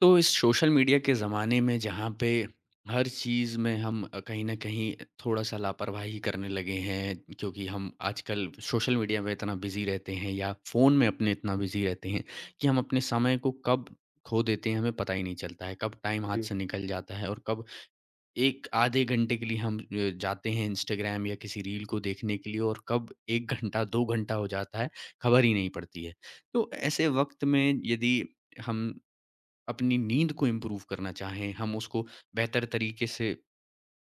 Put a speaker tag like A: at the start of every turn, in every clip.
A: तो इस social media के ज़माने में जहाँ पे हर चीज़ में हम कहीं न कहीं थोड़ा-सा लापरवाही करने लगे हैं, क्योंकि हम आजकल सोशल मीडिया में इतना बिज़ी रहते हैं या फ़ोन में अपने इतना बिज़ी रहते हैं कि हम अपने समय को कब खो देते हैं, हमें पता ही नहीं चलता है। कब टाइम हाथ
B: जी।
A: से निकल जाता है और कब एक आधे घंटे के लिए हम जाते हैं इंस्टाग्राम या किसी रील को देखने के लिए और कब 1 घंटा, 2 घंटा हो जाता है, खबर ही नहीं पड़ती है। तो ऐसे वक़्त में यदि हम अपनी नींद को इम्प्रूव करना चाहें, हम उसको बेहतर तरीके से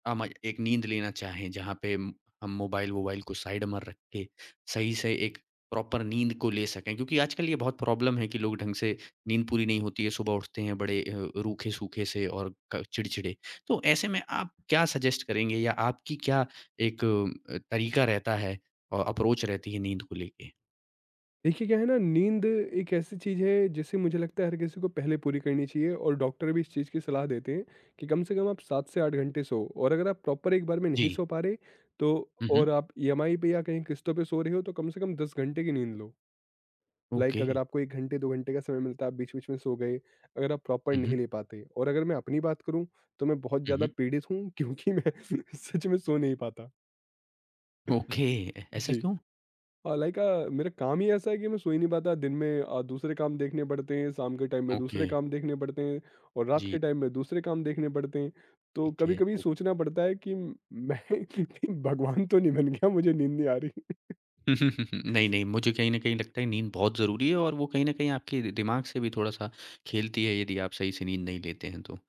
A: अम एक नींद लेना चाहें, जहाँ पे हम मोबाइल-वोबाइल को साइड में रख के सही से एक प्रॉपर नींद को ले सकें। क्योंकि आजकल ये बहुत प्रॉब्लम है कि लोग ढंग से नींद पूरी नहीं होती है, सुबह उठते हैं बड़े रूखे-सूखे से और क चिड़चिड़े। तो ऐसे में आप क्या सजेस्ट करेंगे या आपकी क्या एक तरीका रहता है और अप्रोच रहती है नींद को लेके?
B: देखिए क्या है ना, नींद एक ऐसी चीज़ है जिसे मुझे लगता है हर किसी को पहले पूरी करनी चाहिए और डॉक्टर भी इस चीज़ की सलाह देते हैं कि कम से कम आप 7 से 8 घंटे सोओ। और अगर आप प्रॉपर एक बार में नहीं
A: जी।
B: सो पा रहे तो
A: हुँ, हुँ।
B: और आप ईएमआई पे या कहीं किस्तों पे सो रहे हो तो कम से कम 10 घंटे की नींद लो। Like
A: okay.
B: अगर आपको 1 घंटे 2 घंटे का समय मिलता है आप बीच-बीच में सो गए, अगर आप प्रॉपर
A: हुँ, हुँ।
B: नहीं ले पाते। और अगर मैं अपनी बात करूँ तो मैं बहुत
A: हुँ,
B: ज़्यादा
A: हुँ।
B: पीड़ित हूँ क्योंकि मैं सच में सो नहीं पाता।
A: ओके, ऐसा
B: जी।
A: क्यों?
B: हाँ, लाइक मेरा काम ही ऐसा है कि मैं सो ही नहीं पाता। दिन में दूसरे काम देखने पड़ते हैं, शाम के टाइम में
A: ओके।
B: दूसरे काम देखने पड़ते हैं और रात
A: जी,
B: के टाइम में दूसरे काम देखने पड़ते हैं। तो
A: ठीक
B: कभी
A: है।
B: कभी
A: ओके।
B: सोचना पड़ता है कि मैं कि भगवान तो नहीं बन गया, मुझे नींद नहीं आ रही।
A: नहीं, नहीं, मुझे कहीं न कहीं लगता है नींद बहुत ज़रूरी है और वो कहीं न कहीं आपके दि दिमाग से भी थोड़ा-सा खेलती है यदि आप सही से नींद नहीं लेते हैं तो।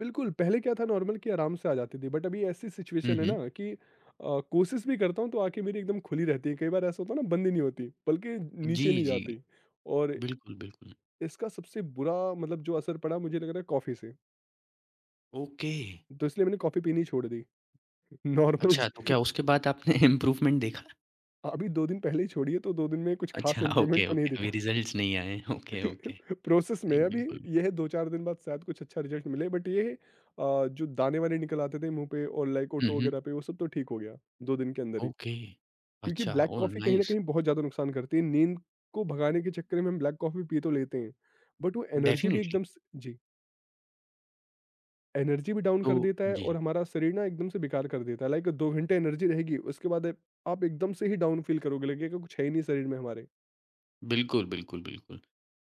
B: बिल्कुल, पहले क्या था नॉर्मल कि आराम से आ जाती थी, बट अभी ऐसी
A: हुँ,
B: सिचुएशन है
A: हुँ।
B: ना कि कोशिश भी करता हूँ तो आंखें मेरी एकदम खुली रहती है। कई बार ऐसा होता है ना बंद ही नहीं होती, बल्कि
A: जी,
B: नीचे नहीं
A: जी।
B: जाती। और
A: बिल्कुल, बिल्कुल।
B: इसका सबसे बुरा मतलब जो असर पड़ा मुझे लग रहा है कॉफ़ी से।
A: ओके।
B: तो इसलिए मैंने कॉफ़ी पीनी छोड़ दी नॉर्मल
A: अच्छा, तो
B: ज
A: क्या उसके बाद आपने इम्प्रूवमेंट देखा?
B: अभी 2 दिन पहले ही छोड़ी है, तो 2 दिन में कुछ
A: अच्छा,
B: खास
A: ओके,
B: इम्प्रूवमेंट तो नहीं
A: ओके। अभी
B: दिखा।
A: रिज़ल्ट्स नहीं आए हैं। Okay, okay.
B: प्रोसेस में
A: नहीं,
B: है अभी,
A: बिल्कुल।
B: ये है 2-4 दिन बाद शायद कुछ अच्छा रिज़ल्ट मिले। बट ये है जो दाने वाने निकल आते थे मुँह पे और लाइक
A: हुँ,
B: ओठों
A: हुँ।
B: वगैरह पे, वो सब तो ठीक हो गया 2 दिन के अंदर ही।
A: ओके।
B: क्योंकि
A: अच्छा
B: ब्लैक
A: ओह!
B: कॉफ़ी कहीं न
A: नाइस।
B: कहीं बहुत ज़्यादा नुकसान करती है, नींद को भगाने के चक्कर में हम ब्लैक कॉफ़ी पी तो लेते हैं, बट वो एनर्जी भी
A: डेफ़िनिटली।
B: एकदम से, जी, एनर्जी भी डाउन
A: तो
B: कर देता है
A: जी।
B: और हमारा शरीर ना एकदम से बेकार कर देता है। लाइक 2 घंटे एनर्जी रहेगी, उसके बाद आप एकदम से ही डाउन फ़ील करोगे, लगेगा कुछ है ही नहीं शरीर में हमारे।
A: बिल्कुल, बिल्कुल, बिल्कुल।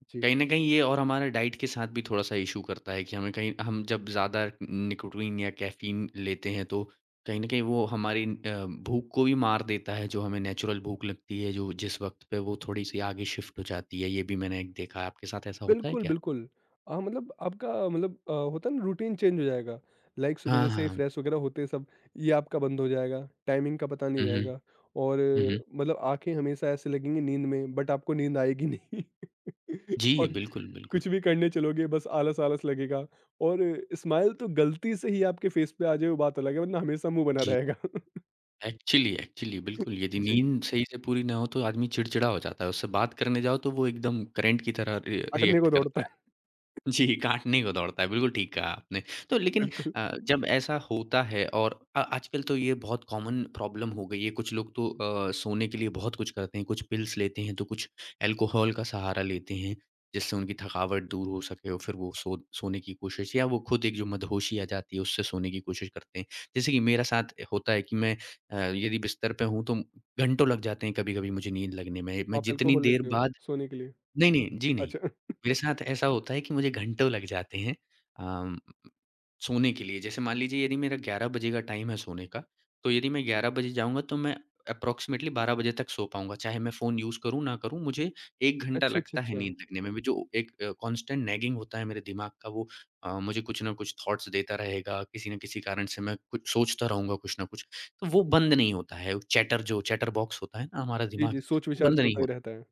B: जी,
A: कहीं न कहीं ये और हमारा डाइट के साथ भी थोड़ा-सा इश्यू करता है कि हमें कहीं हम जब ज़्यादा निकोटीन या कैफ़ीन लेते हैं तो कहीं न कहीं वो हमारी भूख को भी मार देता है, जो हमें नेचुरल भूख लगती है, जो जिस वक़्त पे वो थोड़ी-सी आगे शिफ्ट हो जाती है। ये भी मैंने एक देखा है, आपके साथ ऐसा होता है
B: बिल्कुल,
A: क्या?
B: बिल्कुल। हाँ, मतलब आपका मतलब होता है ना रूटीन चेंज हो जाएगा। लाइक सुबह
A: हाँ,
B: जैसे
A: हाँ।
B: फ्रेश वगैरह होते सब, ये आपका बंद हो जाएगा, टाइमिंग का पता नहीं
A: हुँ, हुँ।
B: रहेगा। और
A: हुँ, हुँ।
B: मतलब आँखें हमेशा ऐसे लगेंगी नींद में, बट आपको नींद आएगी नहीं।
A: जी,
B: और
A: बिल्कुल, बिल्कुल।
B: कुछ भी करने चलोगे बस आलस-आलस लगेगा। और स्माइल तो गलती से ही आपके फेस पे आ जाए वो बात अलग है, वरना हमेशा मुँह बना
A: जी,
B: रहेगा।
A: एक्चुअली एक्चुअली बिल्कुल, यदि
B: जी,
A: नींद सही से पूरी ना हो तो आदमी चिड़चिड़ा हो जाता है। उससे बात करने जाओ तो वो एकदम करंट की तरह रि
B: हटने
A: रिएक्ट
B: को दौड़ता
A: करता है।
B: है,
A: जी, काटने को दौड़ता है, बिल्कुल ठीक कहा आपने। तो लेकिन
B: बिल्कुल।
A: जब ऐसा होता है और आजकल तो ये बहुत कॉमन प्रॉब्लम हो गई है, कुछ लोग तो सोने के लिए बहुत कुछ करते हैं, कुछ पिल्स लेते हैं, तो कुछ अल्कोहल का सहारा लेते हैं, जिससे उनकी थकावट दूर हो सके और फिर वो सोने की कोशिश या वो खुद एक जो मदहोशी आ जाती है, उससे सोने की कोशिश करते हैं। जैसे कि मेरा साथ होता है कि मैं यदि बिस्तर पे हूँ, तो घंटों लग जाते हैं कभी-कभी मुझे नींद लगने में। मैं
B: आप
A: जितनी
B: अल्कोहल
A: देर
B: लेते हो
A: बाद
B: सोने के लिए?
A: नहीं, नहीं। जी, नहीं।
B: अच्छा।
A: मेरे साथ ऐसा होता है कि मुझे घंटों लग जाते हैं अम, सोने के लिए। जैसे मान लीजिए यदि मेरा 11 बजे का टाइम है सोने का, तो यदि मैं 11 बजे जाऊँगा तो मैं अप्रॉक्सिमेटली 12 बजे तक सो पाऊँगा। चाहे मैं फ़ोन यूज़ करूँ, ना करूँ, मुझे 1 घंटा
B: अच्छा, अच्छा,
A: लगता है
B: अच्छा।
A: नींद लगने में भी। जो एक कांस्टेंट नैगिंग होता है मेरे दिमाग का वो मुझे कुछ न कुछ थॉट्स देता रहेगा। किसी न किसी कारण से मैं कुछ सोचता रहूँगा कुछ न कुछ। तो वो बंद नहीं होता है। चैटर जो चैटर बॉक्स होता है ना हमारा
B: जी,
A: दिमाग,
B: जी, सोच
A: वो
B: विचार
A: बंद नहीं
B: चलता ही
A: होता।
B: रहता है।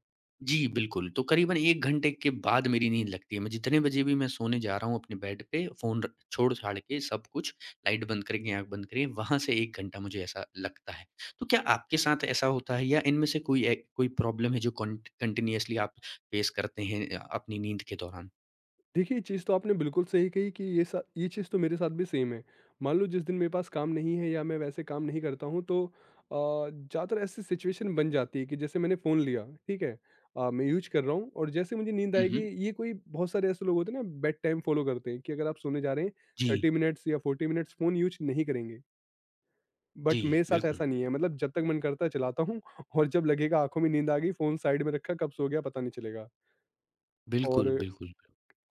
A: जी, बिल्कुल। तो करीबन 1 घंटे के बाद मेरी नींद लगती है। मैं जितने बजे भी मैं सोने जा रहा हूँ अपने बेड पे, फ़ोन र छोड़-छाड़ के सब कुछ, लाइट बंद करके, आँख बंद करके, वहाँ से 1 घंटा मुझे ऐसा लगता है। तो क्या आपके साथ ऐसा होता है या इनमें से कोई ए कोई प्रॉब्लम है जो कॉन्ट कंटीन्यूअसली आप फेस करते हैं अपनी नींद के दौरान?
B: देखिए, ये चीज़ तो आपने बिल्कुल सही कही कि ये चीज़ तो मेरे साथ भी सेम है। मान लो जिस दिन मेरे पास काम नहीं है या मैं वैसे काम नहीं करता हूँ, तो ज़्यादातर ऐसी सिचुएशन बन जाती है कि जैसे मैंने फ़ोन लिया, ठीक है? मैं यूज़ कर रहा हूँ और जैसे मुझे नींद
A: हुँ,
B: आएगी,
A: हुँ।
B: ये कोई बहुत सारे ऐसे लोग होते हैं ना बेड टाइम फ़ॉलो करते हैं कि अगर आप सोने जा रहे हैं
A: जी,
B: 30 मिनट्स या 40 मिनट्स फ़ोन यूज़ नहीं करेंगे।
A: जी,
B: बट मेरे साथ
A: बिल्कुल।
B: ऐसा नहीं है, मतलब जब तक मन करता है चलाता हूँ, और जब लगेगा आँखों में नींद आ गई, फ़ोन साइड में रखा, कब सो गया पता नहीं चलेगा। और
A: बिल्कुल, बिल्कुल।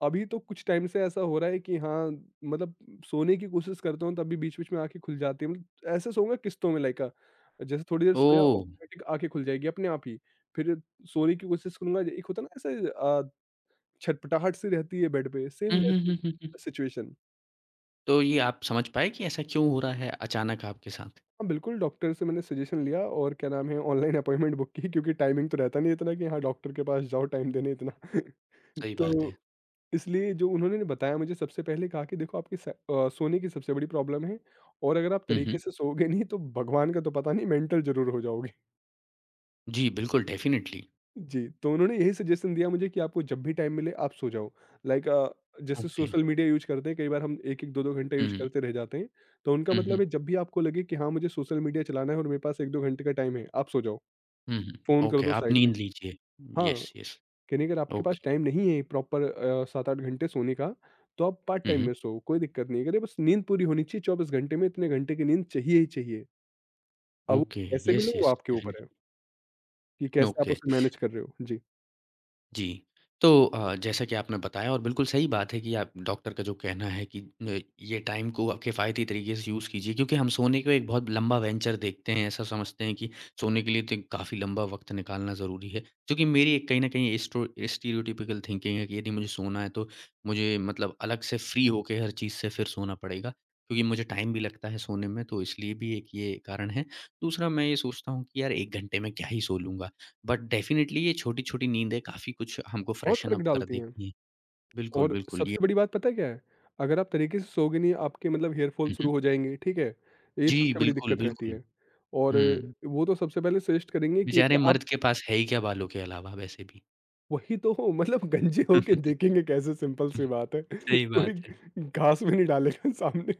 B: अभी तो कुछ टाइम से ऐसा हो रहा है कि हाँ, मतलब सोने की कोशिश करता हूँ तभी बीच-बीच में आँखें खुल जाती हैं। मतलब ऐसे सोऊँगा किस्तों में, लाइक जैसे थोड़ी देर सोया
A: ओह!
B: ऑटोमेटिक आँखें खुल जाएगी अपने आप ही। फिर सोने की कोशिश करूँगा। एक होता है ना ऐसे छटपटाहट सी रहती है बेड पे सेम
A: हुँ, हुँ,
B: वैसी
A: हुँ, हुँ, हुँ।
B: सिचुएशन।
A: तो ये आप समझ पाए कि ऐसा क्यों हो रहा है अचानक आपके साथ?
B: हाँ, बिल्कुल, डॉक्टर से मैंने सजेशन लिया और क्या नाम है ऑनलाइन अपॉइंटमेंट बुक की, क्योंकि टाइमिंग तो रहता नहीं इतना कि हाँ डॉक्टर के पास जाओ टाइम देने इतना।
A: सही बात है।
B: तो इसलिए जो उन्होंने ना बताया, मुझे सबसे पहले कहा कि देखो आपकी सोने की सबसे बड़ी प्रॉब्लम है। और अगर आप
A: हुँ, हुँ।
B: तरीके से सोओगे नहीं तो भगवान का तो पता नहीं, मेंटल ज़रूर हो जाओगे।
A: जी, बिल्कुल, डेफ़िनिटली।
B: जी, तो उन्होंने यही सजेशन दिया मुझे कि आपको जब भी टाइम मिले आप सो जाओ। लाइक जैसे
A: ओके।
B: सोशल मीडिया यूज़ करते हैं कई बार हम 1-1 2-2 घंटे यूज़
A: हुँ,
B: करते रह जाते हैं, तो उनका
A: हुँ,
B: मतलब
A: हुँ,
B: है जब भी आपको लगे कि हाँ, मुझे सोशल मीडिया चलाना है और मेरे पास 1-2 घंटे का टाइम है, आप सो जाओ,
A: हुँ,
B: फ़ोन
A: हुँ।
B: कर
A: ओके,
B: दो
A: आप
B: साइड में।
A: नींद लीजिए।
B: हाँ।
A: Yes, yes.
B: कहीं अगर आपके पास
A: ओके।
B: टाइम नहीं है प्रॉपर 7-8 घंटे सोने का, तो आप पार्ट
A: हुँ,
B: टाइम
A: हुँ।
B: में सोओ, कोई दिक्कत नहीं है। अरे बस नींद पूरी होनी चाहिए 24 घंटे में, इतने घंटे की नींद चाहिए ही चाहिए। अब वो
A: ओके।
B: कैसे
A: येस,
B: मिले वो
A: येस,
B: आपके ऊपर है,
A: डेफ़िनिटली।
B: कि कैसे आप
A: ओके।
B: उसे मैनेज कर रहे हो। जी,
A: जी। तो जैसा कि आपने बताया और बिल्कुल सही बात है कि आप डॉक्टर का जो कहना है कि न ये टाइम को आप किफ़ायती तरीके से यूज़ कीजिए क्योंकि हम सोने को एक बहुत लंबा वेंचर देखते हैं, ऐसा समझते हैं कि सोने के लिए तो काफ़ी लंबा वक़्त निकालना ज़रूरी है। जो कि मेरी एक कहीं न कहीं स्टो स्टीरियोटिपिकल थिंकिंग है कि यदि मुझे सोना है तो मुझे मतलब अलग से फ्री होके हर चीज़ से फिर सोना पड़ेगा, क्योंकि मुझे टाइम भी लगता है सोने में तो इसलिए भी एक ये कारण है। दूसरा मैं ये सोचता हूँ कि यार 1 घंटे में क्या ही सो लूँगा। बट डेफ़िनेटली ये छोटी-छोटी नींदें काफ़ी कुछ हमको
B: बहुत
A: फ्रेशन
B: फ़र्क
A: अप कर
B: डालती हैं।
A: देती हैं। बिल्कुल,
B: और
A: बिल्कुल ये
B: सबसे बड़ी बात पता है क्या है? अगर आप तरीके से सोओगे नहीं, आपके मतलब हेयर फॉल
A: हुँ, हुँ।
B: शुरू हो जाएँगे, ठीक है? ये
A: जी,
B: सबसे बड़ी
A: बिल्कुल,
B: दिक्कत रहती
A: बिल्कुल।
B: है। और
A: हुँ,
B: वो तो सबसे पहले सजेस्ट करेंगे कि
A: बेचारे मर्द
B: आप,
A: के पास है ही क्या बालों के अलावा वैसे भी।
B: वही तो मतलब गंजे होके देखेंगे कैसे, सिंपल सी बात है।
A: सही
B: कोई
A: बात है।
B: घास भी नहीं डालेगा सामने।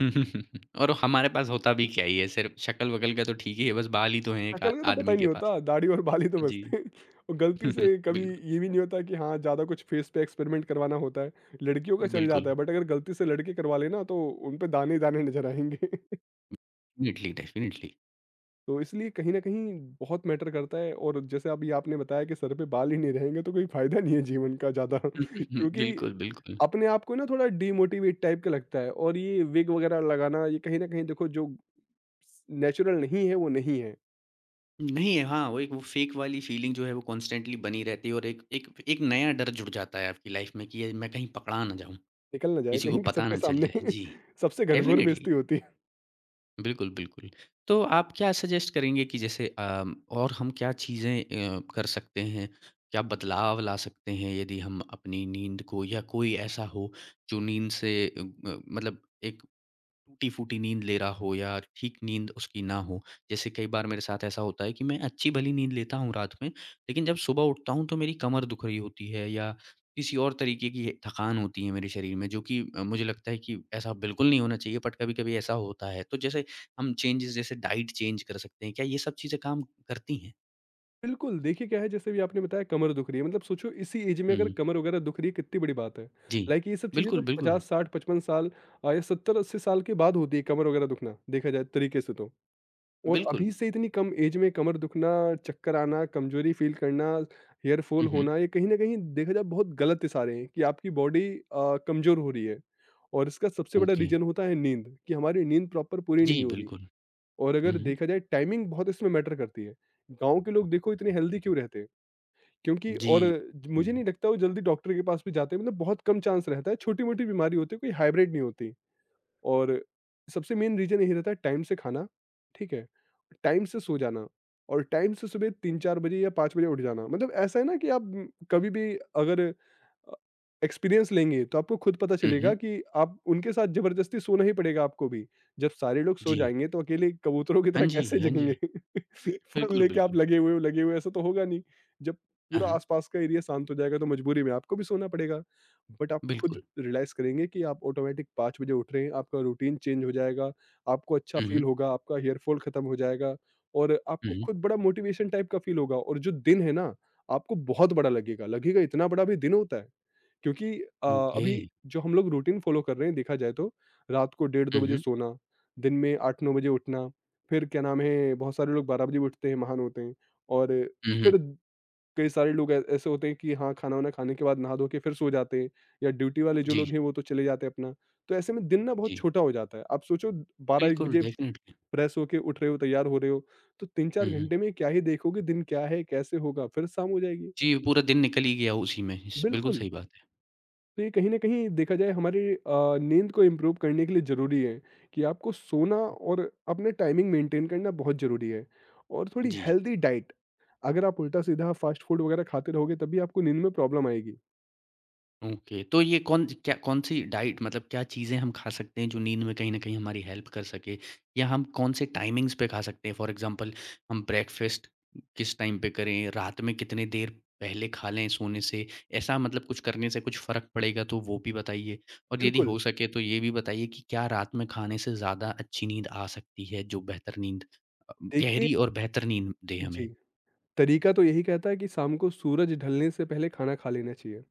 A: और हमारे पास होता भी क्या ही है, सिर्फ़ शक्ल-वकल का तो ठीक ही है, बस बाल ही तो हैं एक आ
B: शक्ल का तो पता
A: आदमी
B: ही
A: के
B: नहीं
A: पास।
B: होता, दाढ़ी और बाल ही तो
A: जी।
B: बचते हैं। और गलती से कभी
A: बिल्कुल,
B: ये भी नहीं होता कि हाँ, ज़्यादा कुछ फेस पे एक्सपेरिमेंट करवाना होता है। लड़कियों का चल जाता
A: बिल्कुल।
B: है, बट अगर गलती से लड़के करवा लें ना तो उन पे दाने ही दाने नज़र आएँगे।
A: Definitely, definitely.
B: तो इसलिए कहीं न कहीं बहुत मैटर करता है। और जैसे अभी आपने बताया कि सर पे बाल ही नहीं रहेंगे तो कोई फ़ायदा नहीं है जीवन का ज़्यादा। क्योंकि
A: बिल्कुल, बिल्कुल।
B: अपने आप को ना थोड़ा डिमोटिवेट टाइप का लगता है। और ये विग वगैरह लगाना, ये कहीं न कहीं देखो जो नेचुरल नहीं है वो नहीं है,
A: नहीं, है। हाँ, वो एक वो फ़ेक वाली फ़ीलिंग जो है वो कॉन्स्टेंटली बनी रहती है और एक एक एक नया डर जुड़ जाता है आपकी लाइफ़ में कि ये मैं कहीं पकड़ा ना जाऊँ,
B: निकल ना जाए
A: किसी को
B: कहीं
A: पता
B: सबके
A: ना चल
B: सामने।
A: जाए। जी,
B: सबसे घनघोर
A: डेफ़िनेटली,
B: बेइज़्ज़ती होती है।
A: बिल्कुल, बिल्कुल। तो आप क्या सजेस्ट करेंगे कि जैसे और हम क्या चीज़ें कर सकते हैं, क्या बदलाव ला सकते हैं यदि हम अपनी नींद को या कोई ऐसा हो जो नींद से मतलब एक टूटी-फूटी नींद ले रहा हो या ठीक नींद उसकी ना हो। जैसे कई बार मेरे साथ ऐसा होता है कि मैं अच्छी-भली नींद लेता हूँ रात में, लेकिन जब सुबह उठता हूँ तो मेरी कमर दुख रही होती है या किसी और तरीके की थकान होती है मेरे शरीर में जो कि मुझे लगता है कि ऐसा बिल्कुल नहीं होना चाहिए बट कभी-कभी ऐसा होता है। तो जैसे हम चेंजेज़ जैसे डाइट चेंज कर सकते हैं, क्या ये सब चीज़ें काम करती हैं?
B: बिल्कुल, देखिए क्या है, जैसे भी आपने बताया कमर दुख रही है, मतलब सोचो इसी ऐज में अगर
A: हुँ,
B: कमर वगैरह दुख रही है कितनी बड़ी बात है।
A: जी।
B: लाइक ये सब चीज़ें
A: बिल्कुल,
B: तो
A: बिल्कुल।
B: 50, 60, 55 साल या 70, 80 साल के बाद होती है कमर वगैरह दुखना, देखा जाए तरीके से तो। और अभी
A: बिल्कुल।
B: से इतनी कम एज में कमर दुखना, चक्कर आना, कमज़ोरी फ़ील करना, हेयर फॉल
A: हुँ, हुँ।
B: होना, ये कहीं न कहीं देखा जाए बहुत गलत इशारे हैं कि आपकी बॉडी कमज़ोर हो रही है। और इसका सबसे बड़ा
A: ओके।
B: रीज़न होता है नींद, कि हमारी नींद प्रॉपर पूरी नहीं
A: जी,
B: हो रही।
A: बिल्कुल।
B: और
A: हुँ,
B: अगर
A: हुँ।
B: देखा जाए टाइमिंग बहुत इसमें मैटर करती है। गाँव के लोग देखो इतने हेल्दी क्यों रहते हैं, क्योंकि
A: जी।
B: और मुझे
A: हुँ,
B: नहीं लगता वो जल्दी डॉक्टर के पास भी जाते हैं। मतलब बहुत कम चांस रहता है, छोटी-मोटी बीमारी होती है, कोई हाइब्रिड नहीं होती। और सबसे मेन रीज़न यही रहता है टाइम से खाना, ठीक है? टाइम से सो जाना और टाइम से सुबह 3-4 बजे या 5 बजे उठ जाना। मतलब ऐसा है ना कि आप कभी भी अगर एक्सपीरियंस लेंगे तो आपको खुद पता
A: हुँ,
B: चलेगा
A: हुँ।
B: कि आप उनके साथ जबरदस्ती सोना ही पड़ेगा आपको भी। जब सारे लोग सो
A: जी।
B: जाएँगे तो अकेले कबूतरों की
A: हाँ
B: तरह
A: जी,
B: कैसे
A: हाँ जी।
B: जगेंगे? फ़ोन
A: बिल्कुल,
B: लेके आप
A: बिल्कुल।
B: लगे हुए हो ऐसा तो होगा नहीं। जब
A: हाँ,
B: पूरा
A: हाँ,
B: आस-पास का एरिया शांत हो जाएगा तो मजबूरी में आपको भी सोना पड़ेगा। बट आप खुद
A: बिल्कुल।
B: रियलाइज़ करेंगे कि आप ऑटोमेटिक 5 बजे उठ रहे हैं, आपका रूटीन चेंज हो जाएगा, आपको अच्छा
A: हुँ, हुँ,
B: फ़ील होगा, आपका हेयर फ़ॉल खत्म हो जाएगा, और
A: हुँ,
B: आपको
A: हुँ।
B: खुद बड़ा मोटिवेशन टाइप का फ़ील होगा। और जो दिन है ना, आपको बहुत बड़ा लगेगा, लगेगा इतना बड़ा भी दिन होता है? क्योंकि
A: ओके।
B: अभी जो हम लोग रूटीन फॉलो कर रहे हैं देखा जाए तो, रात को डेढ़
A: हुँ,
B: 2 बजे
A: हुँ,
B: सोना, दिन में 8-9 बजे उठना, फिर क्या नाम है बहुत सारे लोग 12 बजे भी उठते हैं, महान होते हैं। और
A: हुँ, हुँ।
B: फिर कई सारे लोग ऐ ऐसे होते हैं कि हाँ, खाना-वाना खाने के बाद नहा धो के फिर सो जाते हैं, या ड्यूटी वाले जो
A: जी,
B: लोग हैं वो तो चले जाते हैं अपना। तो ऐसे में दिन ना बहुत
A: जी।
B: छोटा हो जाता है। आप सोचो, 12-1
A: बिल्कुल,
B: बजे
A: डेफ़िनिटली।
B: फ्रेश होके उठ रहे हो, तैयार हो रहे हो, तो 3-4
A: हुँ, हुँ।
B: घंटे में क्या ही देखोगे, दिन क्या है, कैसे होगा, फिर शाम हो जाएगी।
A: जी, पूरा दिन निकल ही गया उसी में। स बिल्कुल
B: बिल्कुल।
A: सही बात है।
B: तो ये कहीं न कहीं देखा जाए, हमारे नींद को इम्प्रूव करने के लिए ज़रूरी है कि आपको सोना और अपने टाइमिंग मेंटेन करना बहुत ज़रूरी है। और थोड़ी
A: जी।
B: हेल्दी डाइट, अगर आप उल्टा-सीधा फास्ट फूड वगैरह खाते रहोगे तब भी आपको नींद में प्रॉब्लम आएगी।
A: ओके, तो ये कौन क्या कौन-सी डाइट मतलब क्या चीज़ें हम खा सकते हैं जो नींद में कहीं न कहीं हमारी हेल्प कर सके? या हम कौन से टाइमिंग्स पे खा सकते हैं? फॉर एग्ज़ाम्पल हम ब्रेकफ़ास्ट किस टाइम पे करें? रात में कितने देर पहले खा लें सोने से? ऐसा मतलब कुछ करने से कुछ फ़र्क पड़ेगा तो वो भी बताइए। और यदि
B: बिल्कुल,
A: हो सके तो ये भी बताइए कि क्या रात में खाने से ज़्यादा अच्छी नींद आ सकती है जो बेहतर नींद अ,
B: देखिए।
A: गहरी और बेहतर नींद दे हमें?
B: जी, तरीका तो यही कहता है कि शाम को सूरज ढलने से पहले खाना खा लेना चाहिए।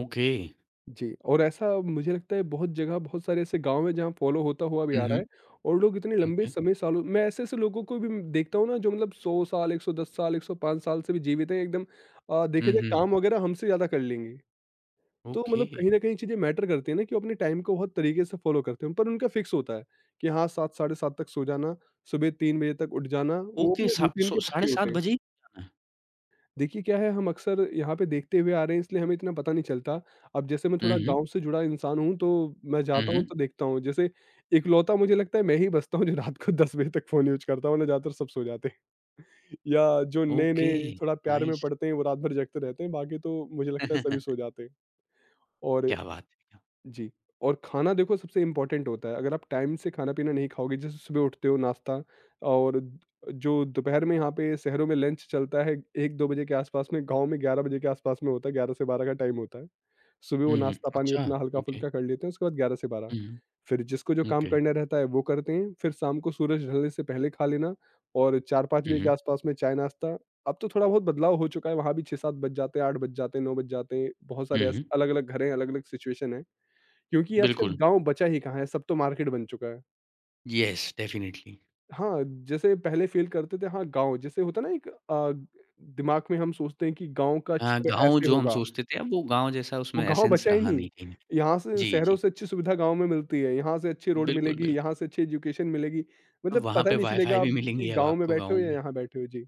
A: ओके।
B: जी, और ऐसा मुझे लगता है बहुत जगह, बहुत सारे ऐसे गाँव में, जहाँ फॉलो होता हुआ भी
A: हुँ,
B: आ रहा है।
A: हुँ।
B: और लोग इतने लंबे
A: ओके।
B: समय, सालों, मैं ऐसे-ऐसे लोगों को भी देखता हूँ ना, जो मतलब 100 साल, 110 साल, 105 साल से भी जीवित हैं एकदम।
A: हुँ,
B: देखा जाए
A: हुँ।
B: काम वगैरह हमसे ज़्यादा कर लेंगे। तो मतलब
A: ओके।
B: कहीं न कहीं चीज़ें मैटर करती हैं ना, कि वो अपने टाइम को बहुत तरीके से फॉलो करते हैं, पर उनका फिक्स होता है कि हाँ, 7 साढ़े 7 तक सो जाना, सुबह 3 बजे तक उठ जाना, वो
A: ओके,
B: अपने
A: सा
B: रूटीन
A: सो
B: के
A: साढ़े
B: पक्के
A: 7
B: होते हैं।
A: बजे ही जाना है?
B: देखिए क्या है, हम अक्सर यहाँ पे देखते हुए आ रहे हैं इसलिए हमें इतना पता नहीं चलता। अब जैसे मैं
A: हुँ,
B: थोड़ा
A: हुँ।
B: गाँव से जुड़ा इंसान हूँ, तो मैं
A: हुँ,
B: जाता हूँ
A: हुँ।
B: तो देखता हूँ, जैसे इकलौता मुझे लगता है मैं ही बचता हूँ जो रात को 10 बजे तक फ़ोन यूज़ करता हूँ, वरना ज़्यादातर सब सो जाते हैं। या जो
A: ओके,
B: नए-नए थोड़ा प्यार में
A: नाइस।
B: पड़ते हैं वो रात भर जगते रहते हैं, बाकी तो मुझे लगता है सभी सो जाते हैं। और
A: क्या बात है! क्या
B: जी, और खाना देखो सबसे इम्पोर्टेंट होता है, अगर आप टाइम से खाना-पीना नहीं खाओगे, जैसे सुबह उठते हो नाश्ता। और जो दोपहर में यहाँ पे शहरों में लंच चलता है 1-2 बजे के आसपास में, गाँव में 11 बजे के आसपास में होता है, 11 से 12 का टाइम होता है। सुबह वो
A: हुँ, हुँ।
B: नाश्ता-पानी
A: अच्छा,
B: अपना
A: ओके।
B: हल्का-फुल्का कर लेते हैं, उसके बाद 11 से 12,
A: हुँ, हुँ।
B: फिर जिसको जो काम
A: ओके।
B: करना रहता है वो करते हैं, फिर शाम को सूरज ढलने से पहले खा लेना, और 4-5
A: हुँ,
B: बजे के
A: हुँ।
B: आसपास में चाय-नाश्ता। अब तो थोड़ा बहुत बदलाव हो चुका है, वहाँ भी 6-7 बज जाते हैं, 8 बज जाते हैं, 9 बज जाते हैं, बहुत
A: हुँ,
B: सारे
A: हुँ।
B: ऐसे अलग-अलग घर हैं, अलग-अलग सिचुएशन है। क्योंकि आजकल
A: बिल्कुल।
B: गाँव बचा ही कहाँ है, सब तो मार्केट बन चुका है।
A: Yes, definitely.
B: हाँ, जैसे पहले फ़ील करते थे, हाँ, गाँव जैसे होता है ना एक, दिमाग में हम सोचते हैं कि गाँव का
A: हाँ,
B: चित्र
A: गाँव
B: ऐसे
A: जो हम
B: होगा,
A: सोचते थे, अब वो गाँव जैसा
B: वो
A: उसमें
B: गाँव
A: एसेंस
B: बचा ही
A: रहा
B: नहीं।
A: नहीं कहीं।
B: यहाँ से
A: जी,
B: शहरों
A: जी।
B: से अच्छी सुविधा गाँव में मिलती है, यहाँ से अच्छी रोड
A: बिल्कुल,
B: मिलेगी,
A: बिल्कुल।
B: यहाँ से अच्छी एजुकेशन मिलेगी,
A: अब
B: मतलब
A: वहाँ
B: पता
A: पे
B: ही नहीं
A: वाई-फाई
B: चलेगा
A: भी
B: आप
A: मिलेंगी
B: कि
A: अब
B: गाँव में
A: आपको
B: बैठे
A: गाँव
B: हो या
A: में।
B: यहाँ बैठे हो। जी,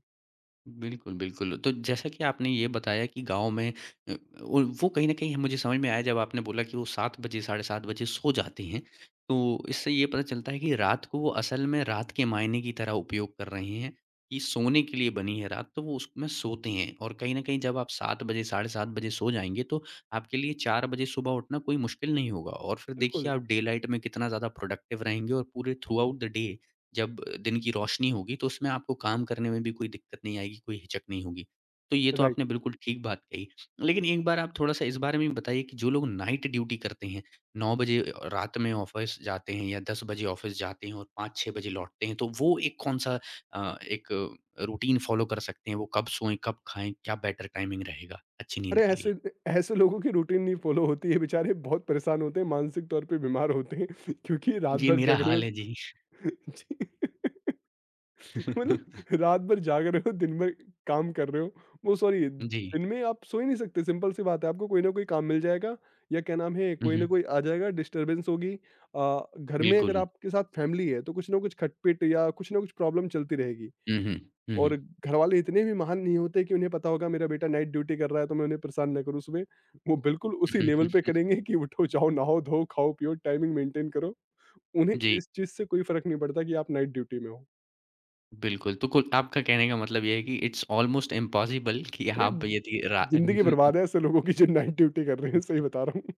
A: बिल्कुल, बिल्कुल। तो जैसा कि आपने ये बताया कि गाँव में अ, वो कहीं न कहीं मुझे समझ में आया जब आपने बोला कि वो 7 बजे, साढ़े 7 बजे सो जाती हैं। तो इससे ये पता चलता है कि रात को वो असल में रात के मायने की तरह उपयोग कर रहे हैं कि सोने के लिए बनी है रात, तो वो उसमें सोते हैं। और कहीं न कहीं जब आप 7 बजे, साढ़े 7 बजे सो जाएँगे तो आपके लिए 4 बजे सुबह उठना कोई मुश्किल नहीं होगा। और फिर देखिए
B: बिल्कुल,
A: आप डे लाइट में कितना ज़्यादा प्रोडक्टिव रहेंगे और पूरे थ्रू आउट द डे जब दिन की रोशनी होगी तो उसमें आपको काम करने में भी कोई दिक्कत नहीं आएगी, कोई हिचक नहीं होगी। तो ये तो
B: राइट।
A: आपने बिल्कुल ठीक बात कही। लेकिन एक बार आप थोड़ा-सा इस बारे में भी बताइए कि जो लोग नाइट ड्यूटी करते हैं, 9 बजे रात में ऑफ़िस जाते हैं या 10 बजे ऑफ़िस जाते हैं और 5-6 बजे लौटते हैं, तो वो एक कौन-सा एक रूटीन फ़ॉलो कर सकते हैं? वो कब सोएँ, कब खाएँ, क्या बेटर टाइमिंग रहेगा अच्छी नींद
B: अरे,
A: के लिए?
B: ऐसे ऐसे लोगों की रूटीन नहीं फ़ॉलो होती है, बेचारे बहुत परेशान होते हैं, मानसिक तौर पे बीमार होते हैं, क्योंकि रात
A: ये
B: भर
A: मेरा
B: जग रहे हो।
A: हाल है जी।
B: जी। मतलब रात भर जाग रहे हो, दिन भर काम कर रहे हो। वो सॉरी,
A: जी।
B: दिन में आप सो ही नहीं सकते, सिंपल सी बात है। आपको कोई ना कोई काम मिल जाएगा, या क्या नाम है,
A: हुँ,
B: कोई ना
A: हुँ।
B: कोई आ जाएगा, डिस्टर्बेंस होगी। घर में अगर
A: बिल्कुल।
B: आपके साथ फैमिली है, तो कुछ ना कुछ खटपट या कुछ ना कुछ प्रॉब्लम चलती रहेगी।
A: हुँ, हुँ। हुँ,
B: और
A: हुँ।
B: घरवाले इतने भी महान नहीं होते कि उन्हें पता होगा मेरा बेटा नाइट ड्यूटी कर रहा है, तो मैं उन्हें परेशान ना करूँ सुबह। वो बिल्कुल उसी
A: हुँ, हुँ,
B: लेवल पे
A: हुँ।
B: करेंगे कि उठो, जाओ, नहाओ, धो, खाओ, पियो, टाइमिंग मेंटेन करो। उन्हें
A: जी।
B: इस चीज़ से कोई फ़र्क नहीं पड़ता कि आप नाइट ड्यूटी में हो।
A: बिल्कुल, तो कुल आपका कहने का मतलब ये है कि इट्स ऑलमोस्ट इम्पॉसिबल कि
B: अरे!
A: आप यदि रा
B: ज़िंदगी बर्बाद है ऐसे लोगों की जो नाइट ड्यूटी कर रहे हैं, सही
A: जी,
B: बता रहा हूँ।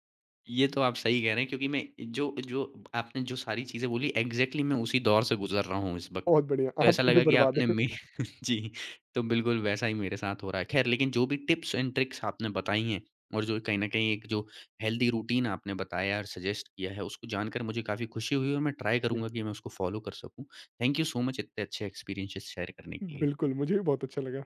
A: ये तो आप सही कह रहे हैं क्योंकि मैं जो जो आपने जो सारी चीज़ें बोली एग्ज़ैक्टली मैं उसी दौर से गुज़र रहा हूँ इस वक़्त।
B: बहुत बढ़िया,
A: तो ऐसा
B: आपकी भी
A: लगा कि
B: बर्बाद
A: आपने
B: है।
A: मे जी, तो बिल्कुल वैसा ही मेरे साथ हो रहा है। ख़ैर लेकिन जो भी टिप्स एंड ट्रिक्स आपने बताई हैं और जो कहीं न कहीं एक जो हेल्दी रूटीन आपने बताया और सजेस्ट किया है, उसको जानकर मुझे काफ़ी खुशी हुई और मैं ट्राई
B: जी,
A: करूँगा कि मैं उसको फ़ॉलो कर सकूँ। थैंक यू सो मच इतने अच्छे एक्सपीरियंसेस शेयर करने के लिए।
B: बिल्कुल, मुझे भी बहुत अच्छा लगा।